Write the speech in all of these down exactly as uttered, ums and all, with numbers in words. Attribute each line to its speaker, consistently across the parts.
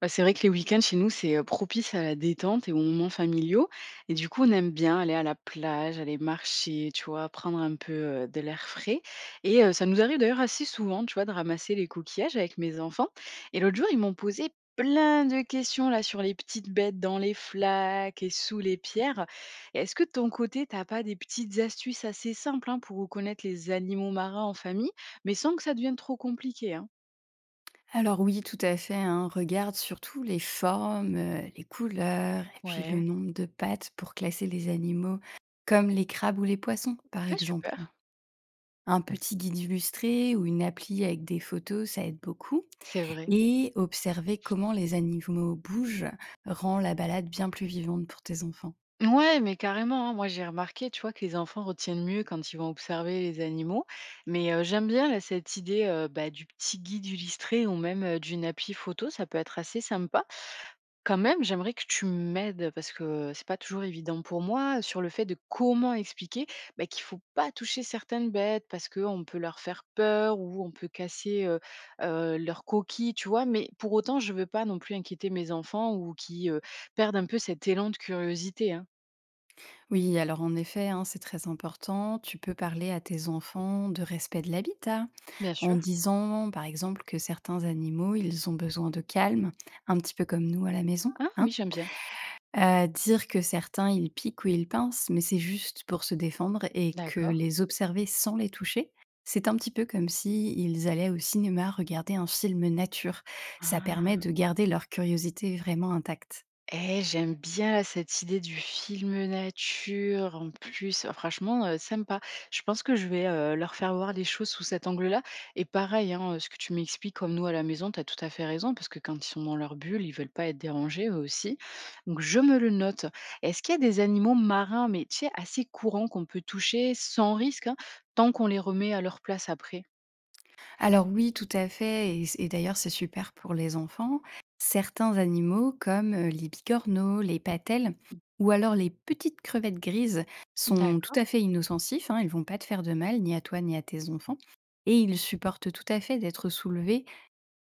Speaker 1: Bah, c'est vrai que les week-ends chez nous, c'est, heu, propice à la détente et aux moments familiaux, et du coup, on aime bien aller à la plage, aller marcher, tu vois? Prendre un peu, heu, de l'air frais. Et heu, ça nous arrive d'ailleurs assez souvent, tu vois? De ramasser les coquillages avec mes enfants. Et l'autre jour, ils m'ont posé plein de questions là sur les petites bêtes dans les flaques et sous les pierres. Et est-ce que de ton côté, t'as pas des petites astuces assez simples, hein, pour reconnaître les animaux marins en famille, mais sans que ça devienne trop compliqué, hein?
Speaker 2: Alors oui, tout à fait, hein. Regarde surtout les formes, heu, les couleurs et puis le
Speaker 1: Ouais.
Speaker 2: nombre de pattes pour classer les animaux, comme les crabes ou les poissons, par
Speaker 1: Ah
Speaker 2: exemple,
Speaker 1: super,
Speaker 2: hein. Un petit guide illustré ou une appli avec des photos, ça aide beaucoup
Speaker 1: c'est vrai.
Speaker 2: et observer comment les animaux bougent rend la balade bien plus vivante pour tes enfants.
Speaker 1: Ouais, mais carrément, hein. Moi, j'ai remarqué, tu vois, que les enfants retiennent mieux quand ils vont observer les animaux. Mais euh, j'aime bien là, cette idée euh, bah, du petit guide illustré ou même euh, d'une appli photo. Ça peut être assez sympa. Quand même, j'aimerais que tu m'aides parce que c'est pas toujours évident pour moi sur le fait de comment expliquer bah, qu'il faut pas toucher certaines bêtes parce qu'on peut leur faire peur ou on peut casser euh, euh, leur coquille, tu vois. Mais pour autant, je veux pas non plus inquiéter mes enfants ou qui euh, perdent un peu cet élan de curiosité, hein.
Speaker 2: Oui, alors en effet, hein, c'est très important, tu peux parler à tes enfants de respect de l'habitat
Speaker 1: Bien
Speaker 2: en
Speaker 1: sûr.
Speaker 2: disant, par exemple, que certains animaux, ils ont besoin de calme, un petit peu comme nous à la maison,
Speaker 1: Ah
Speaker 2: hein.
Speaker 1: oui, j'aime bien.
Speaker 2: Heu, dire que certains, ils piquent ou ils pincent, mais c'est juste pour se défendre et que
Speaker 1: D'accord.
Speaker 2: les observer sans les toucher, c'est un petit peu comme si ils allaient au cinéma regarder un film nature. Ça
Speaker 1: Ah.
Speaker 2: permet de garder leur curiosité vraiment intacte.
Speaker 1: Eh, j'aime bien là, cette idée du film nature en plus. Ah, franchement, heu, sympa. Je pense que je vais, heu, leur faire voir les choses sous cet angle-là, et pareil, hein, ce que tu m'expliques comme nous à la maison, tu as tout à fait raison parce que quand ils sont dans leur bulle, ils veulent pas être dérangés eux aussi. Donc je me le note. Est-ce qu'il y a des animaux marins, mais tu sais, assez courants qu'on peut toucher sans risque, hein, tant qu'on les remet à leur place après?
Speaker 2: Alors oui, tout à fait, et c et d'ailleurs c'est super pour les enfants. Certains animaux comme, heu, les bigorneaux, les patelles ou alors les petites crevettes grises sont tout
Speaker 1: D'accord.
Speaker 2: à fait inoffensifs, hein. Ils vont pas te faire de mal, ni à toi, ni à tes enfants et ils supportent tout à fait d'être soulevés,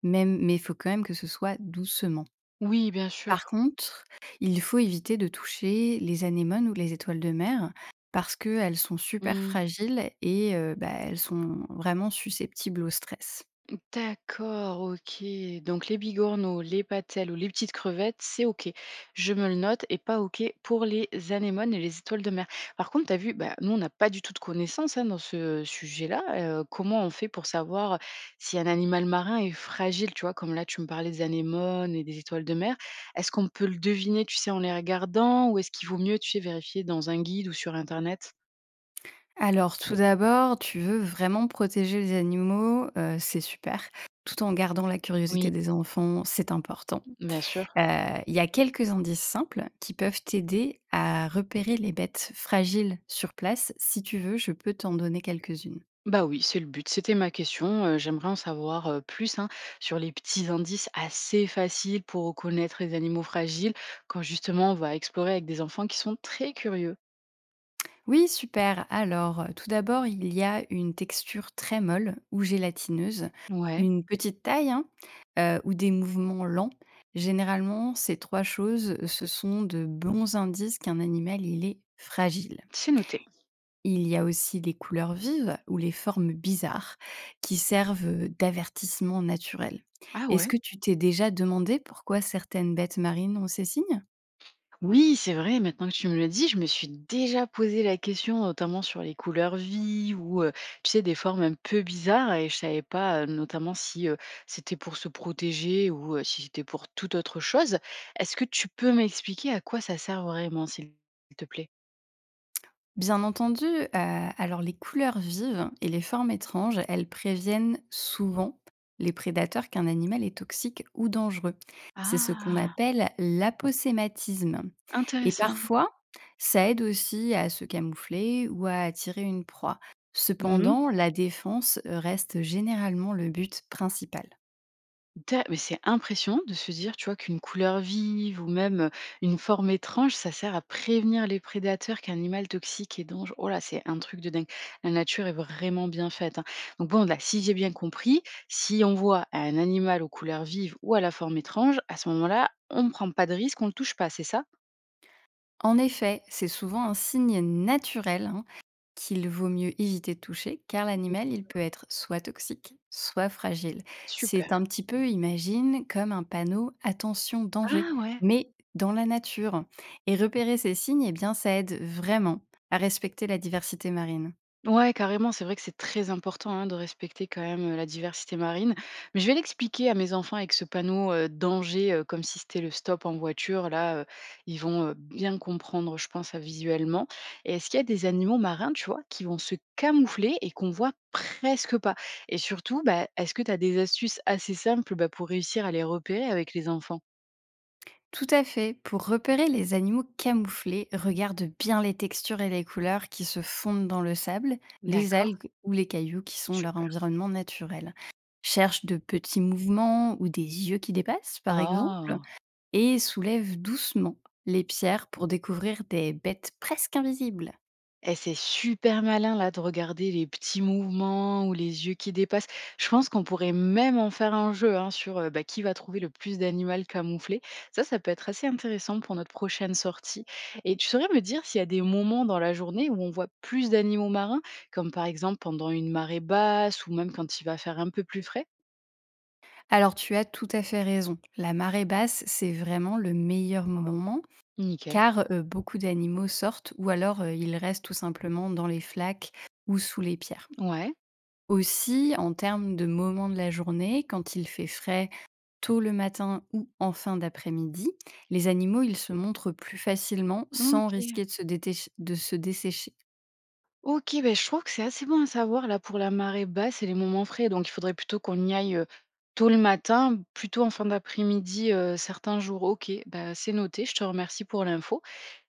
Speaker 2: même mais il faut quand même que ce soit doucement.
Speaker 1: Oui, bien
Speaker 2: Par
Speaker 1: sûr.
Speaker 2: contre, il faut éviter de toucher les anémones ou les étoiles de mer parce qu'elles sont super
Speaker 1: Mmh.
Speaker 2: fragiles et heu, bah, elles sont vraiment susceptibles au stress.
Speaker 1: D'accord, OK. Donc les bigorneaux, les patelles ou les petites crevettes, c'est OK. Je me le note, et pas OK pour les anémones et les étoiles de mer. Par contre, tu as vu, bah, nous, on n'a pas du tout de connaissances hein, dans ce sujet-là. Euh, comment on fait pour savoir si un animal marin est fragile, tu vois, comme là, tu me parlais des anémones et des étoiles de mer. Est-ce qu'on peut le deviner, tu sais, en les regardant ou est-ce qu'il vaut mieux, tu sais, vérifier dans un guide ou sur Internet?
Speaker 2: Alors tout d'abord, tu veux vraiment protéger les animaux, heu, c'est super, tout en gardant la curiosité
Speaker 1: Oui,
Speaker 2: des enfants, c'est important.
Speaker 1: bien sûr.
Speaker 2: Heu, il y a quelques indices simples qui peuvent t'aider à repérer les bêtes fragiles sur place. Si tu veux, je peux t'en donner quelques-unes.
Speaker 1: Bah oui, c'est le but. C'était ma question. Heu, j'aimerais en savoir, heu, plus, hein, sur les petits indices assez faciles pour reconnaître les animaux fragiles quand justement on va explorer avec des enfants qui sont très curieux.
Speaker 2: Oui, super. Alors, euh, tout d'abord, il y a une texture très molle ou gélatineuse,
Speaker 1: Ouais,
Speaker 2: une petite taille, hein, euh, ou des mouvements lents. Généralement, ces trois choses, ce sont de bons indices qu'un animal, il est fragile.
Speaker 1: c'est noté.
Speaker 2: Il y a aussi les couleurs vives ou les formes bizarres qui servent euh, d'avertissement naturel.
Speaker 1: Ah
Speaker 2: Est-ce
Speaker 1: ouais?
Speaker 2: que tu t'es déjà demandé pourquoi certaines bêtes marines ont ces signes?
Speaker 1: Oui, c'est vrai, maintenant que tu me le dis, je me suis déjà posé la question, notamment sur les couleurs vives ou, heu, tu sais, des formes un peu bizarres, et je savais pas, heu, notamment si, heu, c'était pour se protéger ou, heu, si c'était pour toute autre chose. Est-ce que tu peux m'expliquer à quoi ça sert vraiment, s'il te plaît?
Speaker 2: Bien entendu, heu, alors les couleurs vives et les formes étranges, elles préviennent souvent les prédateurs qu'un animal est toxique ou dangereux. C'est ce qu'on
Speaker 1: Ah!
Speaker 2: appelle l'aposématisme et
Speaker 1: Intéressant.
Speaker 2: parfois, ça aide aussi à se camoufler ou à attirer une proie.
Speaker 1: Mmh.
Speaker 2: Cependant, la défense reste généralement le but principal.
Speaker 1: Da mais c'est impressionnant de se dire, tu vois, qu'une couleur vive ou même, une forme étrange, ça sert à prévenir les prédateurs qu'animal toxique et dangereux. Oh là, c'est un truc de dingue. La nature est vraiment bien faite, hein. Donc bon, là, si j'ai bien compris, si on voit un animal aux couleurs vives ou à la forme étrange, à ce moment-là, on ne prend pas de risque, on ne le touche pas, c'est ça?
Speaker 2: En effet, c'est souvent un signe naturel, hein, qu'il vaut mieux éviter de toucher, car
Speaker 1: Mmh.
Speaker 2: l'animal, il peut être soit toxique, soit fragile.
Speaker 1: Super.
Speaker 2: C'est un petit peu, imagine, comme un panneau attention danger,
Speaker 1: Ah ouais!
Speaker 2: mais dans la nature. Et repérer ces signes, eh bien, ça aide vraiment à respecter la diversité marine.
Speaker 1: Ouais, carrément, c'est vrai que c'est très important hein, de respecter quand même euh, la diversité marine. Mais je vais l'expliquer à mes enfants avec ce panneau euh, danger, euh, comme si c'était le stop en voiture. Là, euh, ils vont euh, bien comprendre, je pense, euh, visuellement. Et est-ce qu'il y a des animaux marins, tu vois, qui vont se camoufler et qu'on voit presque pas? Et surtout, bah, est-ce que tu as des astuces assez simples bah, pour réussir à les repérer avec les enfants?
Speaker 2: Tout à fait. Pour repérer les animaux camouflés, regarde bien les textures et les couleurs qui se fondent dans le sable, les
Speaker 1: D'accord,
Speaker 2: algues ou les cailloux qui sont leur
Speaker 1: super.
Speaker 2: environnement naturel. Cherche de petits mouvements ou des yeux qui dépassent, par exemple,
Speaker 1: Ah.
Speaker 2: et soulève doucement les pierres pour découvrir des bêtes presque invisibles.
Speaker 1: Eh, c'est super malin là de regarder les petits mouvements ou les yeux qui dépassent. Je pense qu'on pourrait même en faire un jeu hein, sur euh, bah, qui va trouver le plus d'animaux camouflés. Ça, ça peut être assez intéressant pour notre prochaine sortie. Et tu saurais me dire s'il y a des moments dans la journée où on voit plus d'animaux marins, comme par exemple pendant une marée basse ou même quand il va faire un peu plus frais?
Speaker 2: Alors tu as tout à fait raison. La marée basse, c'est vraiment le meilleur moment
Speaker 1: Nickel.
Speaker 2: car euh, beaucoup d'animaux sortent ou alors euh, ils restent tout simplement dans les flaques ou sous les pierres.
Speaker 1: Ouais.
Speaker 2: Aussi, en termes de moments de la journée, quand il fait frais, tôt le matin ou en fin d'après-midi, les animaux, ils se montrent plus facilement sans
Speaker 1: OK.
Speaker 2: risquer de se, détech- de se dessécher.
Speaker 1: OK, ben je trouve que c'est assez bon à savoir là pour la marée basse et les moments frais. Donc il faudrait plutôt qu'on y aille, heu, tôt le matin, plutôt en fin d'après-midi, heu, certains jours. OK, bah, c'est noté, je te remercie pour l'info,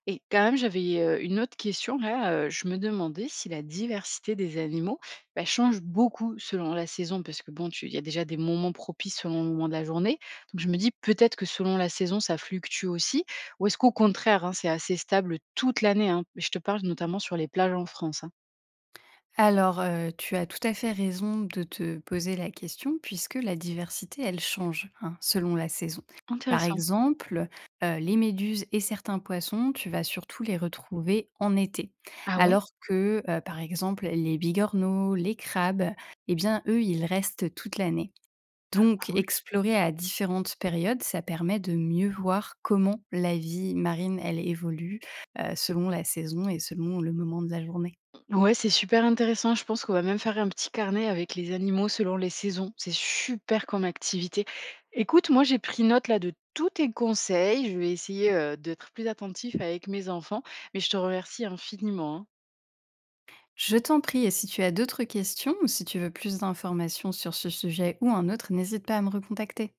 Speaker 1: et quand même j'avais, heu, une autre question là, heu, je me demandais si la diversité des animaux, bah, change beaucoup selon la saison parce que bon, tu il y a déjà des moments propices selon le moment de la journée. Donc je me dis peut-être que selon la saison ça fluctue aussi? Ou est-ce qu'au contraire, hein, c'est assez stable toute l'année, hein? Je te parle notamment sur les plages en France, hein.
Speaker 2: Alors, heu, tu as tout à fait raison de te poser la question puisque la diversité, elle change, hein, selon la saison. Par
Speaker 1: Intéressant.
Speaker 2: exemple, heu, les méduses et certains poissons, tu vas surtout les retrouver en été.
Speaker 1: Ah ouais?
Speaker 2: Alors que, heu, par exemple, les bigorneaux, les crabes, eh bien, eux, ils restent toute l'année.
Speaker 1: Ah,
Speaker 2: Donc
Speaker 1: cool.
Speaker 2: explorer à différentes périodes, ça permet de mieux voir comment la vie marine, elle évolue, heu, selon la saison et selon le moment de la journée.
Speaker 1: Ouais, c'est super intéressant. Je pense qu'on va même faire un petit carnet avec les animaux selon les saisons. C'est super comme activité. Écoute, moi j'ai pris note là de tous tes conseils. Je vais essayer euh, d'être plus attentif avec mes enfants, mais je te remercie infiniment, hein.
Speaker 2: Je t'en prie, et si tu as d'autres questions ou si tu veux plus d'informations sur ce sujet ou un autre, n'hésite pas à me recontacter.